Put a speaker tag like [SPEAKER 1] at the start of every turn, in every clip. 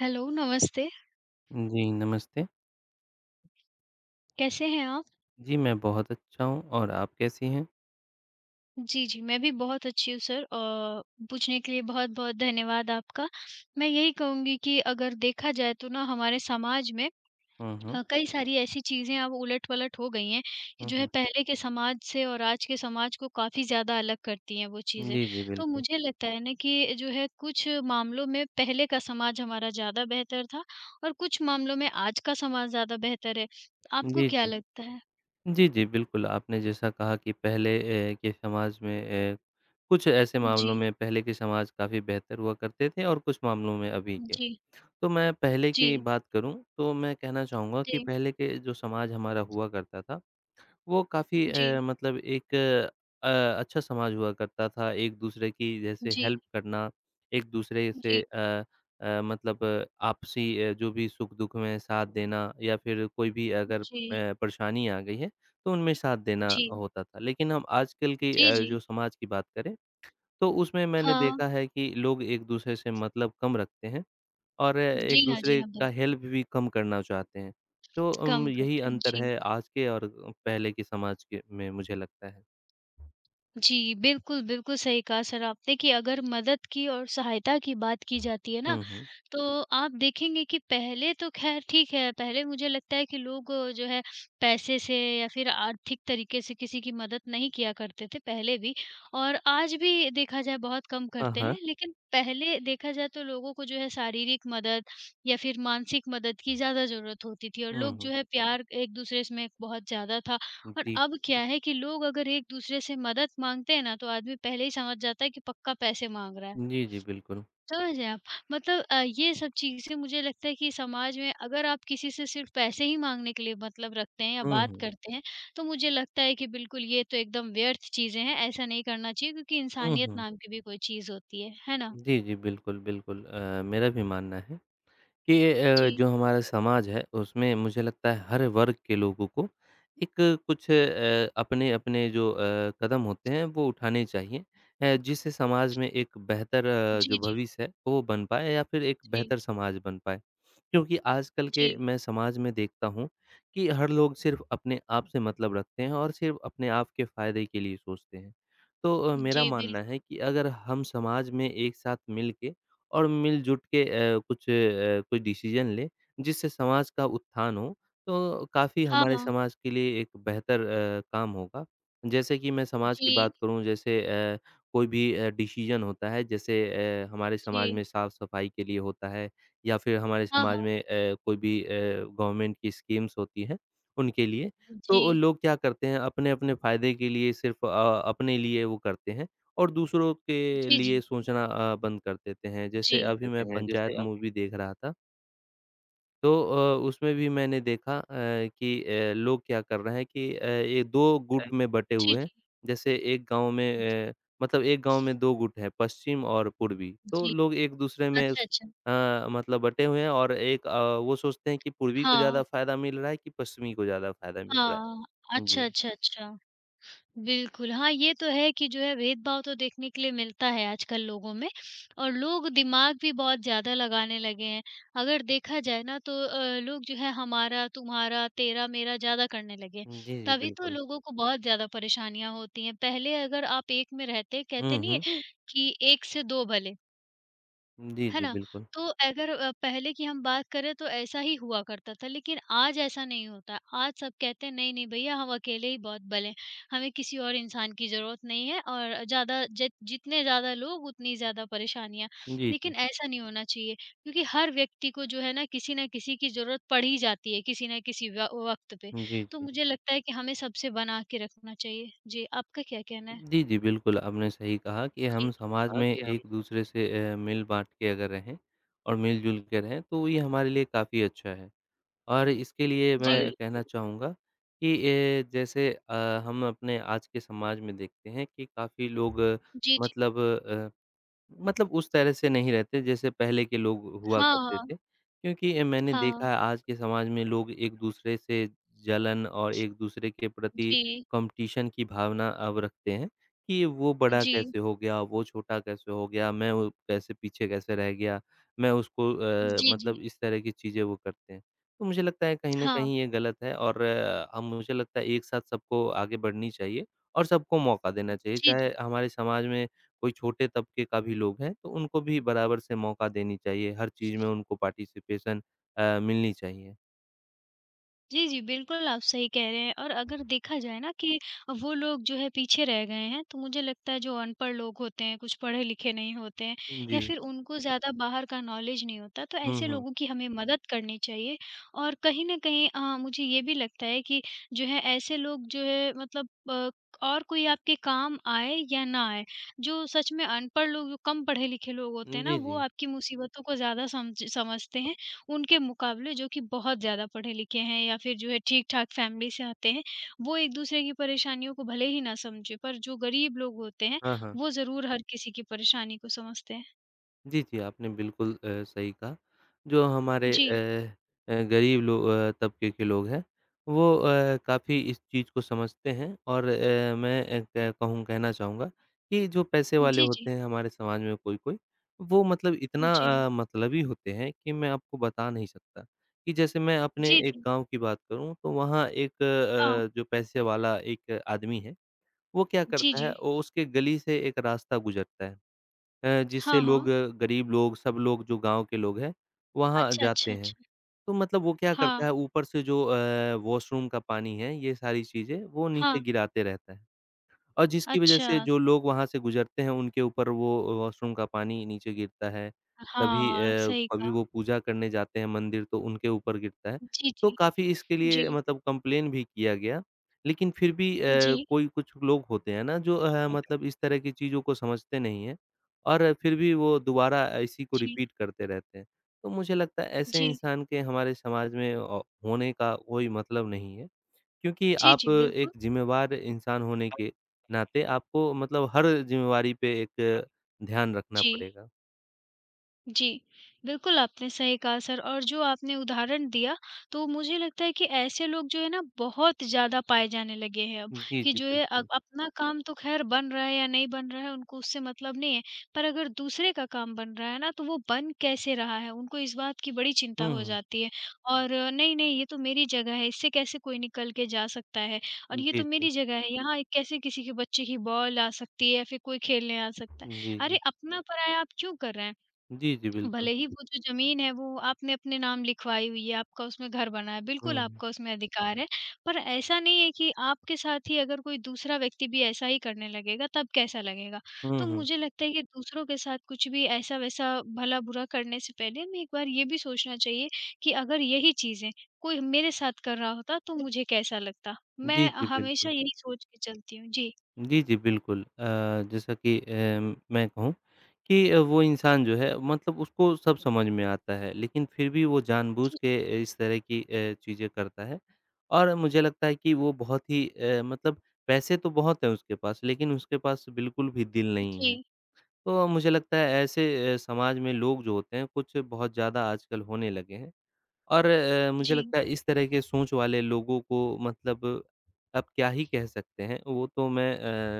[SPEAKER 1] Hello, नमस्ते।
[SPEAKER 2] जी, नमस्ते।
[SPEAKER 1] कैसे हैं आप?
[SPEAKER 2] जी, मैं बहुत अच्छा हूँ और आप कैसी हैं?
[SPEAKER 1] जी, जी, मैं भी बहुत अच्छी हूँ सर, पूछने के लिए बहुत-बहुत धन्यवाद आपका। मैं यही कहूँगी कि अगर देखा जाए तो ना हमारे समाज में
[SPEAKER 2] हुँ, हुँ।
[SPEAKER 1] कई सारी ऐसी चीज़ें अब उलट-पलट हो गई हैं कि
[SPEAKER 2] हुँ,
[SPEAKER 1] जो है
[SPEAKER 2] हुँ।
[SPEAKER 1] पहले के समाज से और आज के समाज को काफ़ी ज़्यादा अलग करती हैं वो चीज़ें।
[SPEAKER 2] जी, जी,
[SPEAKER 1] तो
[SPEAKER 2] बिल्कुल।
[SPEAKER 1] मुझे लगता है ना कि जो है कुछ मामलों में पहले का समाज हमारा ज़्यादा बेहतर था और कुछ मामलों में आज का समाज ज़्यादा बेहतर है। आपको
[SPEAKER 2] जी,
[SPEAKER 1] क्या
[SPEAKER 2] जी।
[SPEAKER 1] लगता है?
[SPEAKER 2] जी, जी, बिल्कुल, आपने जैसा कहा कि पहले के समाज में कुछ ऐसे
[SPEAKER 1] जी,
[SPEAKER 2] मामलों में पहले के समाज काफ़ी बेहतर हुआ करते थे और कुछ मामलों में अभी के।
[SPEAKER 1] जी,
[SPEAKER 2] तो मैं पहले की
[SPEAKER 1] जी।
[SPEAKER 2] बात करूँ, तो मैं कहना चाहूँगा कि
[SPEAKER 1] जी,
[SPEAKER 2] पहले के जो समाज हमारा हुआ करता था वो काफ़ी
[SPEAKER 1] जी,
[SPEAKER 2] मतलब एक अ, अच्छा समाज हुआ करता था, एक-दूसरे की जैसे हेल्प
[SPEAKER 1] जी,
[SPEAKER 2] करना, एक-दूसरे से
[SPEAKER 1] जी,
[SPEAKER 2] मतलब आपसी जो भी सुख-दुख में साथ देना या फिर कोई भी अगर
[SPEAKER 1] जी,
[SPEAKER 2] परेशानी आ गई है, तो उनमें साथ देना
[SPEAKER 1] जी,
[SPEAKER 2] होता था। लेकिन हम आजकल की
[SPEAKER 1] जी, जी।
[SPEAKER 2] जो समाज की बात करें, तो उसमें मैंने
[SPEAKER 1] हाँ,
[SPEAKER 2] देखा है कि लोग एक-दूसरे से मतलब कम रखते हैं। और
[SPEAKER 1] जी हाँ, जी
[SPEAKER 2] एक-दूसरे
[SPEAKER 1] हाँ,
[SPEAKER 2] का
[SPEAKER 1] बिल्कुल,
[SPEAKER 2] हेल्प भी कम करना चाहते हैं। तो
[SPEAKER 1] कम
[SPEAKER 2] यही
[SPEAKER 1] करते हैं,
[SPEAKER 2] अंतर
[SPEAKER 1] जी।
[SPEAKER 2] है आज के और पहले के समाज के में मुझे लगता है।
[SPEAKER 1] जी, बिल्कुल, बिल्कुल सही कहा सर आपने कि अगर मदद की और सहायता की बात की जाती है ना,
[SPEAKER 2] हुँ, हुँ।
[SPEAKER 1] तो आप देखेंगे कि पहले तो ख़ैर ठीक है, पहले मुझे लगता है कि लोग जो है पैसे से या फिर आर्थिक तरीके से किसी की मदद नहीं किया करते थे पहले भी और आज भी देखा जाए बहुत कम
[SPEAKER 2] हाँ,
[SPEAKER 1] करते
[SPEAKER 2] हाँ।
[SPEAKER 1] हैं। लेकिन पहले देखा जाए तो लोगों को जो है शारीरिक मदद या फिर मानसिक मदद की ज़्यादा ज़रूरत होती थी और
[SPEAKER 2] हुँ,
[SPEAKER 1] लोग जो
[SPEAKER 2] हुँ।
[SPEAKER 1] है प्यार एक-दूसरे में बहुत ज़्यादा था और
[SPEAKER 2] जी, जी।
[SPEAKER 1] अब क्या है कि लोग अगर एक-दूसरे से मदद माँगते हैं ना, तो आदमी पहले ही समझ जाता है कि पक्का पैसे माँग रहा है।
[SPEAKER 2] जी, जी, बिल्कुल।
[SPEAKER 1] समझ गए आप। मतलब ये सब चीज़ें मुझे लगता है कि समाज में अगर आप किसी से सिर्फ़ पैसे ही माँगने के लिए मतलब रखते हैं या
[SPEAKER 2] हुँ,
[SPEAKER 1] बात
[SPEAKER 2] हुँ।
[SPEAKER 1] करते हैं, तो मुझे लगता है कि बिल्कुल ये तो एकदम व्यर्थ चीज़ें हैं, ऐसा नहीं करना चाहिए क्योंकि
[SPEAKER 2] हुँ,
[SPEAKER 1] इंसानियत
[SPEAKER 2] हुँ।
[SPEAKER 1] नाम की भी कोई चीज़ होती है ना?
[SPEAKER 2] जी, जी, बिल्कुल, बिल्कुल। मेरा भी मानना है कि
[SPEAKER 1] जी।
[SPEAKER 2] जो हमारा समाज है उसमें मुझे लगता है हर वर्ग के लोगों को एक कुछ अपने अपने जो कदम होते हैं वो उठाने चाहिए, जिससे समाज में एक बेहतर जो
[SPEAKER 1] जी, जी।
[SPEAKER 2] भविष्य है वो बन पाए या फिर एक
[SPEAKER 1] जी,
[SPEAKER 2] बेहतर समाज बन पाए। क्योंकि आजकल
[SPEAKER 1] जी।
[SPEAKER 2] के मैं समाज में देखता हूँ कि हर लोग सिर्फ अपने आप से मतलब रखते हैं और सिर्फ अपने आप के फ़ायदे के लिए सोचते हैं। तो मेरा
[SPEAKER 1] जी,
[SPEAKER 2] मानना
[SPEAKER 1] बिल्कुल।
[SPEAKER 2] है कि अगर हम समाज में एक साथ मिल के और मिलजुट के कुछ कोई डिसीजन लें, जिससे समाज का उत्थान हो, तो काफ़ी
[SPEAKER 1] हाँ,
[SPEAKER 2] हमारे
[SPEAKER 1] हाँ।
[SPEAKER 2] समाज के लिए एक बेहतर काम होगा। जैसे कि मैं समाज की
[SPEAKER 1] जी,
[SPEAKER 2] बात करूँ, जैसे कोई भी डिसीजन होता है, जैसे हमारे समाज
[SPEAKER 1] जी।
[SPEAKER 2] में साफ-सफाई के लिए होता है या फिर हमारे
[SPEAKER 1] हाँ,
[SPEAKER 2] समाज
[SPEAKER 1] हाँ।
[SPEAKER 2] में कोई भी गवर्नमेंट की स्कीम्स होती हैं, उनके लिए, तो
[SPEAKER 1] जी।
[SPEAKER 2] वो लोग क्या करते हैं, अपने-अपने फ़ायदे के लिए सिर्फ़ अपने लिए वो करते हैं। और दूसरों के
[SPEAKER 1] जी,
[SPEAKER 2] लिए
[SPEAKER 1] जी।
[SPEAKER 2] सोचना बंद कर देते हैं। जैसे
[SPEAKER 1] जी।
[SPEAKER 2] अभी मैं पंचायत मूवी देख रहा था, तो उसमें भी मैंने देखा कि लोग क्या कर रहे हैं कि ये 2 गुट में बँटे
[SPEAKER 1] जी,
[SPEAKER 2] हुए हैं।
[SPEAKER 1] जी।
[SPEAKER 2] जैसे एक गाँव
[SPEAKER 1] जी,
[SPEAKER 2] में मतलब एक गाँव में 2 गुट हैं, पश्चिम और पूर्वी। तो
[SPEAKER 1] जी।
[SPEAKER 2] लोग एक-दूसरे में
[SPEAKER 1] अच्छा, अच्छा।
[SPEAKER 2] मतलब बँटे हुए हैं और एक वो सोचते हैं कि पूर्वी को
[SPEAKER 1] हाँ,
[SPEAKER 2] ज़्यादा फ़ायदा मिल रहा है कि पश्चिमी को ज़्यादा फ़ायदा मिल रहा
[SPEAKER 1] हाँ।
[SPEAKER 2] है।
[SPEAKER 1] अच्छा,
[SPEAKER 2] जी।
[SPEAKER 1] अच्छा, अच्छा। बिल्कुल, हाँ, ये तो है कि जो है भेदभाव तो देखने के लिए मिलता है आजकल लोगों में और लोग दिमाग भी बहुत ज़्यादा लगाने लगे हैं। अगर देखा जाए ना तो लोग जो है हमारा, तुम्हारा, तेरा, मेरा ज़्यादा करने लगे हैं।
[SPEAKER 2] जी, जी,
[SPEAKER 1] तभी तो
[SPEAKER 2] बिल्कुल।
[SPEAKER 1] लोगों को बहुत ज़्यादा परेशानियाँ होती हैं। पहले अगर आप एक में रहते,
[SPEAKER 2] हुँ,
[SPEAKER 1] कहते नहीं
[SPEAKER 2] हुँ।
[SPEAKER 1] है कि एक से दो भले।
[SPEAKER 2] जी,
[SPEAKER 1] है
[SPEAKER 2] जी,
[SPEAKER 1] ना?
[SPEAKER 2] बिल्कुल।
[SPEAKER 1] तो अगर पहले की हम बात करें तो ऐसा ही हुआ करता था, लेकिन आज ऐसा नहीं होता। है। आज सब कहते हैं नहीं, नहीं भैया हम अकेले ही बहुत बल हैं, हमें किसी और इंसान की ज़रूरत नहीं है और ज़्यादा जितने ज़्यादा लोग उतनी ज़्यादा परेशानियाँ।
[SPEAKER 2] जी, जी।
[SPEAKER 1] लेकिन ऐसा नहीं होना चाहिए क्योंकि हर व्यक्ति को जो है ना किसी न किसी की ज़रूरत पड़ ही जाती है, किसी न किसी व वक़्त पे।
[SPEAKER 2] जी,
[SPEAKER 1] तो
[SPEAKER 2] जी।
[SPEAKER 1] मुझे लगता है कि हमें सबसे बना के रखना चाहिए। जी, आपका क्या कहना है?
[SPEAKER 2] जी, जी, बिल्कुल, आपने सही कहा कि हम
[SPEAKER 1] जी,
[SPEAKER 2] समाज में एक-दूसरे से मिल-बाँट के अगर रहें और मिल-जुल के रहें, तो ये हमारे लिए काफ़ी अच्छा है। और इसके लिए
[SPEAKER 1] जी।
[SPEAKER 2] मैं कहना चाहूँगा कि ए, जैसे हम अपने आज के समाज में देखते हैं कि काफ़ी लोग
[SPEAKER 1] जी, जी।
[SPEAKER 2] मतलब अ मतलब मतलब उस तरह से नहीं रहते जैसे पहले के लोग हुआ
[SPEAKER 1] हाँ,
[SPEAKER 2] करते थे,
[SPEAKER 1] हाँ।
[SPEAKER 2] क्योंकि मैंने
[SPEAKER 1] हाँ,
[SPEAKER 2] देखा है आज के समाज में लोग एक-दूसरे से जलन और एक-दूसरे के प्रति
[SPEAKER 1] जी।
[SPEAKER 2] कॉम्पिटिशन की भावना अब रखते हैं, कि वो बड़ा
[SPEAKER 1] जी,
[SPEAKER 2] कैसे हो गया, वो छोटा कैसे हो गया, मैं वो कैसे पीछे कैसे रह गया, मैं उसको
[SPEAKER 1] जी, जी।
[SPEAKER 2] मतलब इस तरह की चीज़ें वो करते हैं। तो मुझे लगता है कहीं न
[SPEAKER 1] हाँ,
[SPEAKER 2] कहीं ये गलत है और हम मुझे लगता है एक साथ सबको आगे बढ़नी चाहिए और सबको मौका देना चाहिए,
[SPEAKER 1] जी,
[SPEAKER 2] चाहे
[SPEAKER 1] जी।
[SPEAKER 2] हमारे समाज में कोई छोटे तबके का भी लोग हैं, तो उनको भी बराबर से मौका देनी चाहिए, हर चीज़ में उनको पार्टिसिपेशन मिलनी चाहिए।
[SPEAKER 1] जी, जी, बिल्कुल आप सही कह रहे हैं और अगर देखा जाए ना कि वो लोग जो है पीछे रह गए हैं, तो मुझे लगता है जो अनपढ़ लोग होते हैं, कुछ पढ़े-लिखे नहीं होते हैं या
[SPEAKER 2] जी।
[SPEAKER 1] फिर उनको ज़्यादा बाहर का नॉलेज नहीं होता, तो
[SPEAKER 2] हुँ,
[SPEAKER 1] ऐसे
[SPEAKER 2] हुँ।
[SPEAKER 1] लोगों की हमें मदद करनी चाहिए और कहीं न कहीं मुझे ये भी लगता है कि जो है ऐसे लोग जो है मतलब और कोई आपके काम आए या ना आए, जो सच में अनपढ़ लोग, जो कम पढ़े-लिखे लोग होते हैं ना,
[SPEAKER 2] जी,
[SPEAKER 1] वो
[SPEAKER 2] जी।
[SPEAKER 1] आपकी मुसीबतों को ज़्यादा समझते हैं। उनके मुकाबले जो कि बहुत ज़्यादा पढ़े-लिखे हैं या फिर जो है ठीक-ठाक फ़ैमिली से आते हैं, वो एक-दूसरे की परेशानियों को भले ही ना समझें, पर जो गरीब लोग होते हैं,
[SPEAKER 2] हाँ, हाँ।
[SPEAKER 1] वो ज़रूर हर किसी की परेशानी को समझते हैं।
[SPEAKER 2] जी, जी, आपने बिल्कुल सही कहा। जो हमारे
[SPEAKER 1] जी।
[SPEAKER 2] गरीब तबके के लोग हैं, वो काफ़ी इस चीज़ को समझते हैं और मैं क कहूँ कहना चाहूँगा कि जो पैसे वाले
[SPEAKER 1] जी, जी।
[SPEAKER 2] होते हैं हमारे समाज में कोई-कोई, वो मतलब इतना
[SPEAKER 1] जी।
[SPEAKER 2] मतलबी होते हैं कि मैं आपको बता नहीं सकता। कि जैसे मैं अपने
[SPEAKER 1] जी,
[SPEAKER 2] एक
[SPEAKER 1] जी।
[SPEAKER 2] गाँव की बात करूँ, तो वहाँ एक
[SPEAKER 1] हाँ।
[SPEAKER 2] जो पैसे वाला एक आदमी है, वो क्या
[SPEAKER 1] जी,
[SPEAKER 2] करता
[SPEAKER 1] जी।
[SPEAKER 2] है, वो उसके गली से एक रास्ता गुज़रता है। जिससे
[SPEAKER 1] हाँ,
[SPEAKER 2] लोग
[SPEAKER 1] हाँ।
[SPEAKER 2] गरीब लोग, सब लोग जो गाँव के लोग हैं, वहाँ
[SPEAKER 1] अच्छा,
[SPEAKER 2] जाते
[SPEAKER 1] अच्छा,
[SPEAKER 2] हैं।
[SPEAKER 1] अच्छा।
[SPEAKER 2] तो मतलब वो क्या करता
[SPEAKER 1] हाँ,
[SPEAKER 2] है ऊपर से जो वॉशरूम का पानी है, ये सारी चीज़ें वो नीचे
[SPEAKER 1] हाँ।
[SPEAKER 2] गिराते रहता है। और जिसकी वजह
[SPEAKER 1] अच्छा।
[SPEAKER 2] से जो लोग वहाँ से गुज़रते हैं उनके ऊपर वो वॉशरूम का पानी नीचे गिरता है,
[SPEAKER 1] हाँ, सही
[SPEAKER 2] कभी
[SPEAKER 1] कहा।
[SPEAKER 2] वो पूजा करने जाते हैं मंदिर तो उनके ऊपर गिरता है।
[SPEAKER 1] जी,
[SPEAKER 2] तो
[SPEAKER 1] जी।
[SPEAKER 2] काफ़ी इसके
[SPEAKER 1] जी।
[SPEAKER 2] लिए मतलब कंप्लेन भी किया गया, लेकिन फिर भी
[SPEAKER 1] जी,
[SPEAKER 2] कोई कुछ लोग होते हैं ना जो मतलब इस तरह की चीज़ों को समझते नहीं हैं और फिर भी वो दोबारा इसी को
[SPEAKER 1] जी।
[SPEAKER 2] रिपीट करते रहते हैं। तो मुझे लगता है ऐसे
[SPEAKER 1] जी।
[SPEAKER 2] इंसान के हमारे समाज में होने का कोई मतलब नहीं है। क्योंकि
[SPEAKER 1] जी,
[SPEAKER 2] आप
[SPEAKER 1] जी,
[SPEAKER 2] एक
[SPEAKER 1] बिल्कुल।
[SPEAKER 2] ज़िम्मेवार इंसान होने के नाते आपको मतलब हर ज़िम्मेवारी पे एक ध्यान रखना
[SPEAKER 1] जी।
[SPEAKER 2] पड़ेगा।
[SPEAKER 1] जी, बिल्कुल आपने सही कहा सर और जो आपने उदाहरण दिया, तो मुझे लगता है कि ऐसे लोग जो है ना बहुत ज़्यादा पाए जाने लगे हैं अब,
[SPEAKER 2] जी,
[SPEAKER 1] कि
[SPEAKER 2] जी,
[SPEAKER 1] जो है
[SPEAKER 2] बिल्कुल।
[SPEAKER 1] अपना काम तो खैर बन रहा है या नहीं बन रहा है उनको उससे मतलब नहीं है, पर अगर दूसरे का काम बन रहा है ना तो वो बन कैसे रहा है, उनको इस बात की बड़ी चिंता
[SPEAKER 2] हुँ,
[SPEAKER 1] हो
[SPEAKER 2] हुँ।
[SPEAKER 1] जाती है और नहीं, नहीं ये तो मेरी जगह है, इससे कैसे कोई निकल के जा सकता है और ये
[SPEAKER 2] जी,
[SPEAKER 1] तो
[SPEAKER 2] जी।
[SPEAKER 1] मेरी जगह है, यहाँ कैसे किसी के बच्चे की बॉल आ सकती है या फिर कोई खेलने आ सकता है।
[SPEAKER 2] जी, जी।
[SPEAKER 1] अरे अपना पराया आप क्यों कर रहे हैं?
[SPEAKER 2] जी, जी, बिल्कुल।
[SPEAKER 1] भले ही वो जो ज़मीन है वो आपने अपने नाम लिखवाई हुई है, आपका उसमें घर बना है,
[SPEAKER 2] हुँ,
[SPEAKER 1] बिल्कुल
[SPEAKER 2] हुँ।
[SPEAKER 1] आपका उसमें अधिकार है। पर ऐसा नहीं है कि आपके साथ ही अगर कोई दूसरा व्यक्ति भी ऐसा ही करने लगेगा तब कैसा लगेगा?
[SPEAKER 2] हुँ,
[SPEAKER 1] तो
[SPEAKER 2] हुँ।
[SPEAKER 1] मुझे लगता है कि दूसरों के साथ कुछ भी ऐसा-वैसा भला-बुरा करने से पहले हमें एक बार ये भी सोचना चाहिए कि अगर यही चीज़ें कोई मेरे साथ कर रहा होता तो मुझे कैसा लगता?
[SPEAKER 2] जी,
[SPEAKER 1] मैं
[SPEAKER 2] जी, बिल्कुल।
[SPEAKER 1] हमेशा यही सोच के चलती हूँ। जी।
[SPEAKER 2] जी, जी, बिल्कुल। जैसा कि मैं कहूँ कि वो इंसान जो है मतलब उसको सब समझ में आता है, लेकिन फिर भी वो जानबूझ
[SPEAKER 1] जी,
[SPEAKER 2] के इस तरह की चीज़ें करता है और मुझे लगता है कि वो बहुत ही मतलब पैसे तो बहुत हैं उसके पास, लेकिन उसके पास बिल्कुल भी दिल नहीं है।
[SPEAKER 1] जी,
[SPEAKER 2] तो मुझे लगता है ऐसे समाज में लोग जो होते हैं कुछ बहुत ज़्यादा आजकल होने लगे हैं। और मुझे
[SPEAKER 1] जी, जी,
[SPEAKER 2] लगता है इस तरह के सोच वाले लोगों को मतलब आप क्या ही कह सकते हैं, वो तो मैं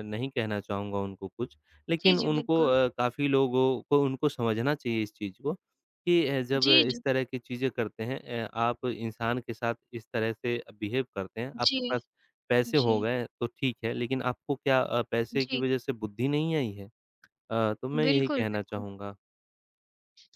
[SPEAKER 2] नहीं कहना चाहूँगा उनको कुछ।
[SPEAKER 1] जी,
[SPEAKER 2] लेकिन
[SPEAKER 1] जी
[SPEAKER 2] उनको
[SPEAKER 1] बिल्कुल।
[SPEAKER 2] काफ़ी लोगों को उनको समझना चाहिए इस चीज़ को कि जब
[SPEAKER 1] जी,
[SPEAKER 2] इस
[SPEAKER 1] जी,
[SPEAKER 2] तरह की चीज़ें करते हैं आप इंसान के साथ इस तरह से बिहेव करते हैं,
[SPEAKER 1] जी,
[SPEAKER 2] आपके पास पैसे
[SPEAKER 1] जी,
[SPEAKER 2] हो गए तो ठीक है, लेकिन आपको क्या पैसे की
[SPEAKER 1] जी।
[SPEAKER 2] वज़ह से बुद्धि नहीं आई है? तो मैं यही
[SPEAKER 1] बिल्कुल,
[SPEAKER 2] कहना
[SPEAKER 1] बिल्कुल।
[SPEAKER 2] चाहूँगा।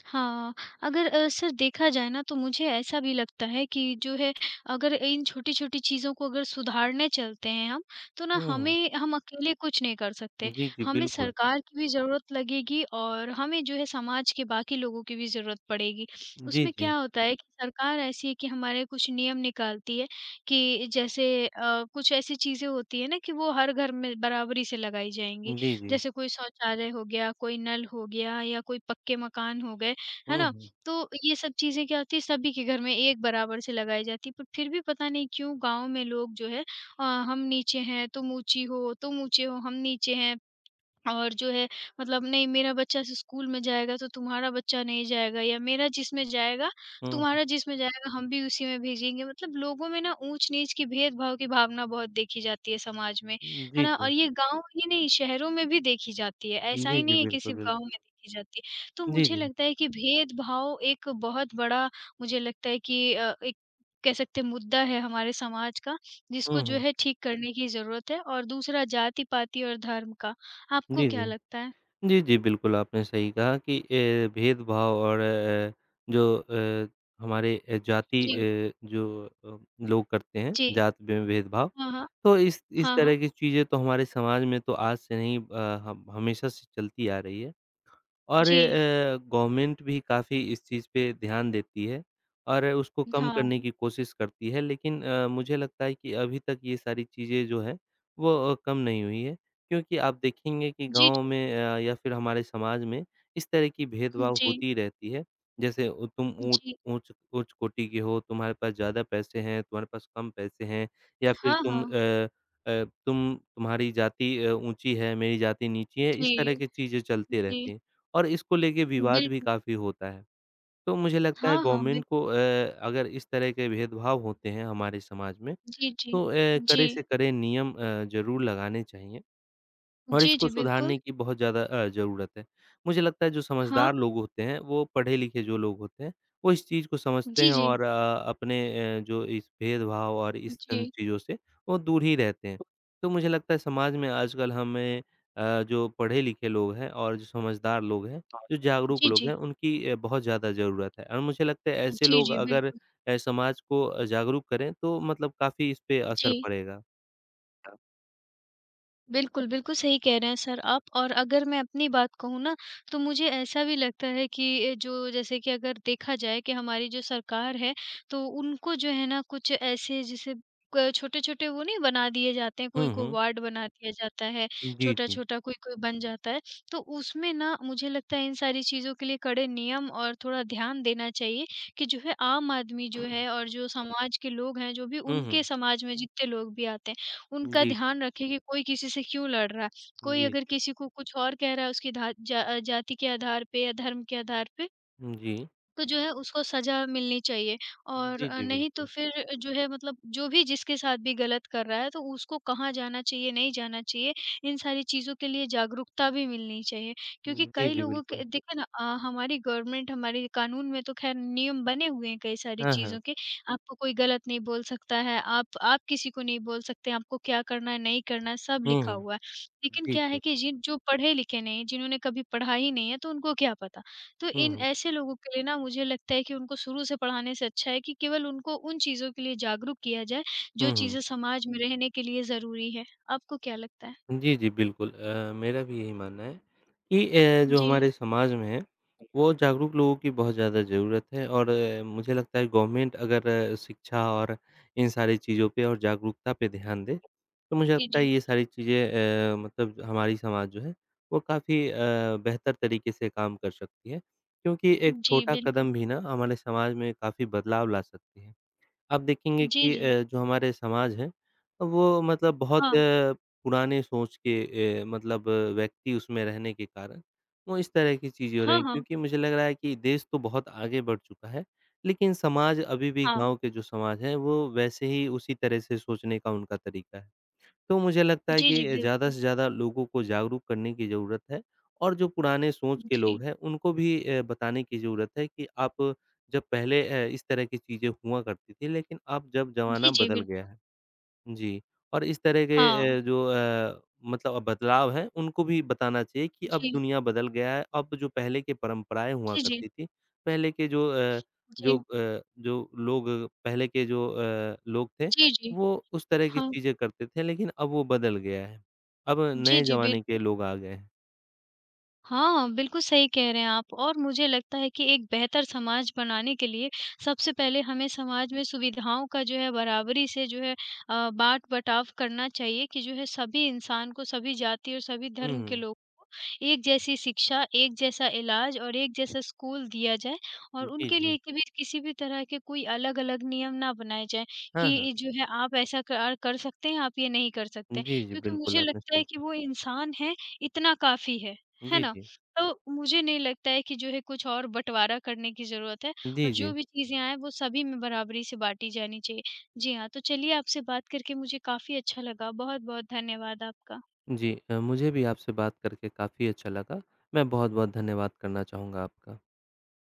[SPEAKER 1] हाँ, अगर सर देखा जाए ना तो मुझे ऐसा भी लगता है कि जो है अगर इन छोटी-छोटी चीज़ों को अगर सुधारने चलते हैं हम, तो ना
[SPEAKER 2] हुँ,
[SPEAKER 1] हमें हम अकेले कुछ नहीं कर सकते।
[SPEAKER 2] जी, जी,
[SPEAKER 1] हमें
[SPEAKER 2] बिल्कुल।
[SPEAKER 1] सरकार की भी ज़रूरत लगेगी और हमें जो है समाज के बाकी लोगों की भी ज़रूरत पड़ेगी।
[SPEAKER 2] जी,
[SPEAKER 1] उसमें
[SPEAKER 2] जी।
[SPEAKER 1] क्या होता है कि सरकार ऐसी है कि हमारे कुछ नियम निकालती है कि जैसे कुछ ऐसी चीज़ें होती हैं ना कि वो हर घर में बराबरी से लगाई जाएँगी।
[SPEAKER 2] जी, जी।
[SPEAKER 1] जैसे कोई शौचालय हो गया, कोई नल हो गया या कोई पक्के मकान हो गए। है
[SPEAKER 2] हुँ,
[SPEAKER 1] ना?
[SPEAKER 2] हुँ।
[SPEAKER 1] तो ये सब चीज़ें क्या होती है सभी के घर में एक बराबर से लगाई जाती है, पर फिर भी पता नहीं क्यों गाँव में लोग जो है अ, हम नीचे हैं, तुम ऊँची हो, तुम ऊँचे हो, हम नीचे हैं। और जो है मतलब नहीं मेरा बच्चा स स्कूल में जाएगा तो तुम्हारा बच्चा नहीं जाएगा या मेरा जिसमें जाएगा,
[SPEAKER 2] हुँ।
[SPEAKER 1] तुम्हारा जिसमें जाएगा हम भी उसी में भेजेंगे। मतलब लोगों में ना ऊँच-नीच की भेदभाव की भावना बहुत देखी जाती है समाज में, है
[SPEAKER 2] जी,
[SPEAKER 1] ना? और
[SPEAKER 2] जी।
[SPEAKER 1] ये गाँव ही नहीं शहरों में भी देखी जाती है, ऐसा
[SPEAKER 2] जी,
[SPEAKER 1] ही
[SPEAKER 2] जी,
[SPEAKER 1] नहीं है कि
[SPEAKER 2] बिल्कुल,
[SPEAKER 1] सिर्फ़ गाँव
[SPEAKER 2] बिल्कुल।
[SPEAKER 1] में देखी जाती है। तो
[SPEAKER 2] जी,
[SPEAKER 1] मुझे
[SPEAKER 2] जी।
[SPEAKER 1] लगता है कि भेदभाव एक बहुत बड़ा मुझे लगता है कि एक कह सकते हैं मुद्दा है हमारे समाज का, जिसको
[SPEAKER 2] हुँ,
[SPEAKER 1] जो
[SPEAKER 2] हुँ।
[SPEAKER 1] है ठीक करने की ज़रूरत है और दूसरा जाति-पाति और धर्म का। आपको
[SPEAKER 2] जी,
[SPEAKER 1] क्या
[SPEAKER 2] जी।
[SPEAKER 1] लगता है?
[SPEAKER 2] जी, जी, बिल्कुल आपने सही कहा कि ए, भेदभाव और जो हमारे जाति
[SPEAKER 1] जी,
[SPEAKER 2] जो लोग करते हैं,
[SPEAKER 1] जी।
[SPEAKER 2] जात में भेदभाव,
[SPEAKER 1] हाँ, हाँ।
[SPEAKER 2] तो इस
[SPEAKER 1] हाँ,
[SPEAKER 2] तरह
[SPEAKER 1] हाँ।
[SPEAKER 2] की चीज़ें तो हमारे समाज में तो आज से नहीं ह हमेशा से चलती आ रही है। और
[SPEAKER 1] जी,
[SPEAKER 2] गवर्नमेंट भी काफ़ी इस चीज़ पे ध्यान देती है और उसको कम करने
[SPEAKER 1] हाँ।
[SPEAKER 2] की कोशिश करती है लेकिन मुझे लगता है कि अभी तक ये सारी चीज़ें जो है वो कम नहीं हुई है क्योंकि आप देखेंगे कि
[SPEAKER 1] जी,
[SPEAKER 2] गाँव
[SPEAKER 1] जी।
[SPEAKER 2] में या फिर हमारे समाज में इस तरह की भेदभाव
[SPEAKER 1] जी,
[SPEAKER 2] होती रहती है। जैसे ओ तुम ऊँच
[SPEAKER 1] जी।
[SPEAKER 2] ऊँच ऊँच कोटि के हो, तुम्हारे पास ज़्यादा पैसे हैं, तुम्हारे पास कम पैसे हैं या फिर
[SPEAKER 1] हाँ, हाँ।
[SPEAKER 2] तुम तुम्हारी जाति ऊँची है, मेरी जाति नीची है, इस
[SPEAKER 1] जी,
[SPEAKER 2] तरह की चीज़ें चलती
[SPEAKER 1] जी।
[SPEAKER 2] रहती हैं। और इसको लेके विवाद भी
[SPEAKER 1] बिल्कुल।
[SPEAKER 2] काफ़ी होता है। तो मुझे लगता है
[SPEAKER 1] हाँ, हाँ।
[SPEAKER 2] गवर्नमेंट
[SPEAKER 1] बिल
[SPEAKER 2] को अगर इस तरह के भेदभाव होते हैं हमारे समाज में,
[SPEAKER 1] जी, जी।
[SPEAKER 2] तो
[SPEAKER 1] जी।
[SPEAKER 2] कड़े से कड़े नियम ज़रूर लगाने चाहिए। और
[SPEAKER 1] जी,
[SPEAKER 2] इसको
[SPEAKER 1] जी, बिल्कुल।
[SPEAKER 2] सुधारने की बहुत ज़्यादा ज़रूरत है। मुझे लगता है जो
[SPEAKER 1] हाँ।
[SPEAKER 2] समझदार लोग होते हैं, वो पढ़े-लिखे जो लोग होते हैं, वो इस चीज़ को समझते
[SPEAKER 1] जी,
[SPEAKER 2] हैं
[SPEAKER 1] जी।
[SPEAKER 2] और अपने जो इस भेदभाव और इस इन
[SPEAKER 1] जी।
[SPEAKER 2] चीज़ों से वो दूर ही रहते हैं। तो मुझे लगता है समाज में आजकल हमें जो पढ़े-लिखे लोग हैं और जो समझदार लोग हैं, जो जागरूक
[SPEAKER 1] जी,
[SPEAKER 2] लोग
[SPEAKER 1] जी।
[SPEAKER 2] हैं, उनकी बहुत ज़्यादा ज़रूरत है और मुझे लगता है ऐसे
[SPEAKER 1] जी,
[SPEAKER 2] लोग
[SPEAKER 1] जी,
[SPEAKER 2] अगर
[SPEAKER 1] बिल्कुल।
[SPEAKER 2] समाज को जागरूक करें तो मतलब काफ़ी इस पे असर
[SPEAKER 1] जी।
[SPEAKER 2] पड़ेगा।
[SPEAKER 1] बिल्कुल, बिल्कुल सही कह रहे हैं सर आप और अगर मैं अपनी बात कहूँ ना, तो मुझे ऐसा भी लगता है कि जो जैसे कि अगर देखा जाए कि हमारी जो सरकार है, तो उनको जो है ना कुछ ऐसे जैसे क छोटे-छोटे वो नहीं बना दिए जाते हैं, कोई
[SPEAKER 2] हुँ,
[SPEAKER 1] को
[SPEAKER 2] हुँ।
[SPEAKER 1] वार्ड बना दिया जाता है,
[SPEAKER 2] जी, जी।
[SPEAKER 1] छोटा-छोटा कोई-कोई बन जाता है। तो उसमें ना मुझे लगता है इन सारी चीज़ों के लिए कड़े नियम और थोड़ा ध्यान देना चाहिए कि जो है आम आदमी जो है और जो समाज के लोग हैं, जो भी
[SPEAKER 2] हुँ,
[SPEAKER 1] उनके
[SPEAKER 2] हुँ।
[SPEAKER 1] समाज में जितने लोग भी आते हैं, उनका
[SPEAKER 2] जी, जी।
[SPEAKER 1] ध्यान रखें कि कोई किसी से क्यों लड़ रहा है। कोई
[SPEAKER 2] जी,
[SPEAKER 1] अगर
[SPEAKER 2] जी।
[SPEAKER 1] किसी को कुछ और कह रहा है उसकी धा जा जाति के आधार पे या धर्म के आधार पे
[SPEAKER 2] जी।
[SPEAKER 1] तो जो है उसको सज़ा मिलनी चाहिए और
[SPEAKER 2] जी, जी,
[SPEAKER 1] नहीं तो
[SPEAKER 2] बिल्कुल।
[SPEAKER 1] फिर जो है मतलब जो भी जिसके साथ भी गलत कर रहा है तो उसको कहाँ जाना चाहिए, नहीं जाना चाहिए, इन सारी चीज़ों के लिए जागरूकता भी मिलनी चाहिए। क्योंकि
[SPEAKER 2] जी,
[SPEAKER 1] कई
[SPEAKER 2] जी,
[SPEAKER 1] लोगों
[SPEAKER 2] बिल्कुल।
[SPEAKER 1] के देखिए ना हमारी गवर्नमेंट हमारे कानून में तो ख़ैर नियम बने हुए हैं कई सारी
[SPEAKER 2] हाँ, हाँ।
[SPEAKER 1] चीज़ों के, आपको कोई गलत नहीं बोल सकता है, आप किसी को नहीं बोल सकते, आपको क्या करना है, नहीं करना है, सब
[SPEAKER 2] हुँ,
[SPEAKER 1] लिखा
[SPEAKER 2] हुँ।
[SPEAKER 1] हुआ है। लेकिन
[SPEAKER 2] जी,
[SPEAKER 1] क्या है
[SPEAKER 2] जी।
[SPEAKER 1] कि जिन जो पढ़े लिखे नहीं, जिन्होंने कभी पढ़ा ही नहीं है तो उनको क्या पता? तो
[SPEAKER 2] हुँ,
[SPEAKER 1] इन
[SPEAKER 2] हुँ।
[SPEAKER 1] ऐसे लोगों के लिए ना मुझे लगता है कि उनको शुरू से पढ़ाने से अच्छा है कि केवल उनको उन चीज़ों के लिए जागरूक किया जाए, जो
[SPEAKER 2] हुँ, हुँ।
[SPEAKER 1] चीज़ें समाज में रहने के लिए ज़रूरी है। आपको क्या लगता है?
[SPEAKER 2] जी, जी, बिल्कुल मेरा भी यही मानना है कि जो
[SPEAKER 1] जी।
[SPEAKER 2] हमारे समाज में है, वो जागरूक लोगों की बहुत ज़्यादा ज़रूरत है और मुझे लगता है गवर्नमेंट अगर शिक्षा और इन सारी चीज़ों पे और जागरूकता पे ध्यान दे, तो मुझे
[SPEAKER 1] जी,
[SPEAKER 2] लगता है
[SPEAKER 1] जी।
[SPEAKER 2] ये सारी चीज़ें मतलब हमारी समाज जो है, वो काफ़ी बेहतर तरीके से काम कर सकती है, क्योंकि एक
[SPEAKER 1] जी,
[SPEAKER 2] छोटा
[SPEAKER 1] बिल्कुल।
[SPEAKER 2] कदम भी ना हमारे समाज में काफ़ी बदलाव ला सकती है। आप देखेंगे
[SPEAKER 1] जी,
[SPEAKER 2] कि
[SPEAKER 1] जी।
[SPEAKER 2] जो हमारे समाज है, वो मतलब बहुत
[SPEAKER 1] हाँ।
[SPEAKER 2] पुराने सोच के मतलब व्यक्ति उसमें रहने के कारण, वो इस तरह की चीज़ें हो रही
[SPEAKER 1] हाँ,
[SPEAKER 2] हैं।
[SPEAKER 1] हाँ।
[SPEAKER 2] क्योंकि मुझे लग रहा है कि देश तो बहुत आगे बढ़ चुका है, लेकिन समाज अभी भी
[SPEAKER 1] हाँ।
[SPEAKER 2] गाँव के जो समाज है, वो वैसे ही उसी तरह से सोचने का उनका तरीका है। तो मुझे लगता है
[SPEAKER 1] जी, जी,
[SPEAKER 2] कि ज़्यादा
[SPEAKER 1] बिल्कुल।
[SPEAKER 2] से ज़्यादा लोगों को जागरूक करने की ज़रूरत है और जो पुराने सोच के
[SPEAKER 1] जी।
[SPEAKER 2] लोग हैं, उनको भी बताने की ज़रूरत है कि आप जब पहले इस तरह की चीज़ें हुआ करती थी, लेकिन अब जब ज़माना
[SPEAKER 1] जी, जी,
[SPEAKER 2] बदल गया
[SPEAKER 1] बिल्कुल।
[SPEAKER 2] है। जी, और इस तरह
[SPEAKER 1] हाँ।
[SPEAKER 2] के जो मतलब अब बदलाव हैं, उनको भी बताना चाहिए कि अब
[SPEAKER 1] जी।
[SPEAKER 2] दुनिया बदल गया है, अब जो पहले की परंपराएँ हुआ
[SPEAKER 1] जी, जी।
[SPEAKER 2] करती थी, पहले के
[SPEAKER 1] जी।
[SPEAKER 2] जो लोग पहले के जो अ, लोग थे,
[SPEAKER 1] जी, जी।
[SPEAKER 2] वो उस तरह की
[SPEAKER 1] हाँ।
[SPEAKER 2] चीज़ें करते थे, लेकिन अब वो बदल गया है। अब
[SPEAKER 1] जी,
[SPEAKER 2] नए
[SPEAKER 1] जी,
[SPEAKER 2] ज़माने के
[SPEAKER 1] बिल्कुल।
[SPEAKER 2] लोग आ गए हैं।
[SPEAKER 1] हाँ, बिल्कुल सही कह रहे हैं आप और मुझे लगता है कि एक बेहतर समाज बनाने के लिए सबसे पहले हमें समाज में सुविधाओं का जो है बराबरी से जो है बाँट-बटाव करना चाहिए कि जो है सभी इंसान को, सभी जाति और सभी
[SPEAKER 2] हुँ,
[SPEAKER 1] धर्म के
[SPEAKER 2] हुँ।
[SPEAKER 1] लोग को एक जैसी शिक्षा, एक जैसा इलाज और एक जैसा स्कूल दिया जाए और
[SPEAKER 2] जी,
[SPEAKER 1] उनके
[SPEAKER 2] जी।
[SPEAKER 1] लिए कभी किसी भी तरह के कोई अलग-अलग नियम ना बनाए जाएँ कि
[SPEAKER 2] हाँ, हाँ।
[SPEAKER 1] ये जो है आप ऐसा कार कर सकते हैं, आप ये नहीं कर सकते।
[SPEAKER 2] जी, जी,
[SPEAKER 1] क्योंकि
[SPEAKER 2] बिल्कुल
[SPEAKER 1] मुझे
[SPEAKER 2] आपने
[SPEAKER 1] लगता
[SPEAKER 2] सही
[SPEAKER 1] है कि
[SPEAKER 2] कहा।
[SPEAKER 1] वो इंसान है, इतना काफ़ी है
[SPEAKER 2] जी,
[SPEAKER 1] ना?
[SPEAKER 2] जी।
[SPEAKER 1] तो मुझे नहीं लगता है कि जो है कुछ और बँटवारा करने की ज़रूरत है और
[SPEAKER 2] जी, जी।
[SPEAKER 1] जो भी चीज़ें आएँ वो सभी में बराबरी से बाँटी जानी चाहिए। जी हाँ, तो चलिए आपसे बात करके मुझे काफ़ी अच्छा लगा। बहुत-बहुत धन्यवाद आपका।
[SPEAKER 2] जी मुझे भी आपसे बात करके काफ़ी अच्छा लगा। मैं बहुत-बहुत धन्यवाद करना चाहूँगा आपका।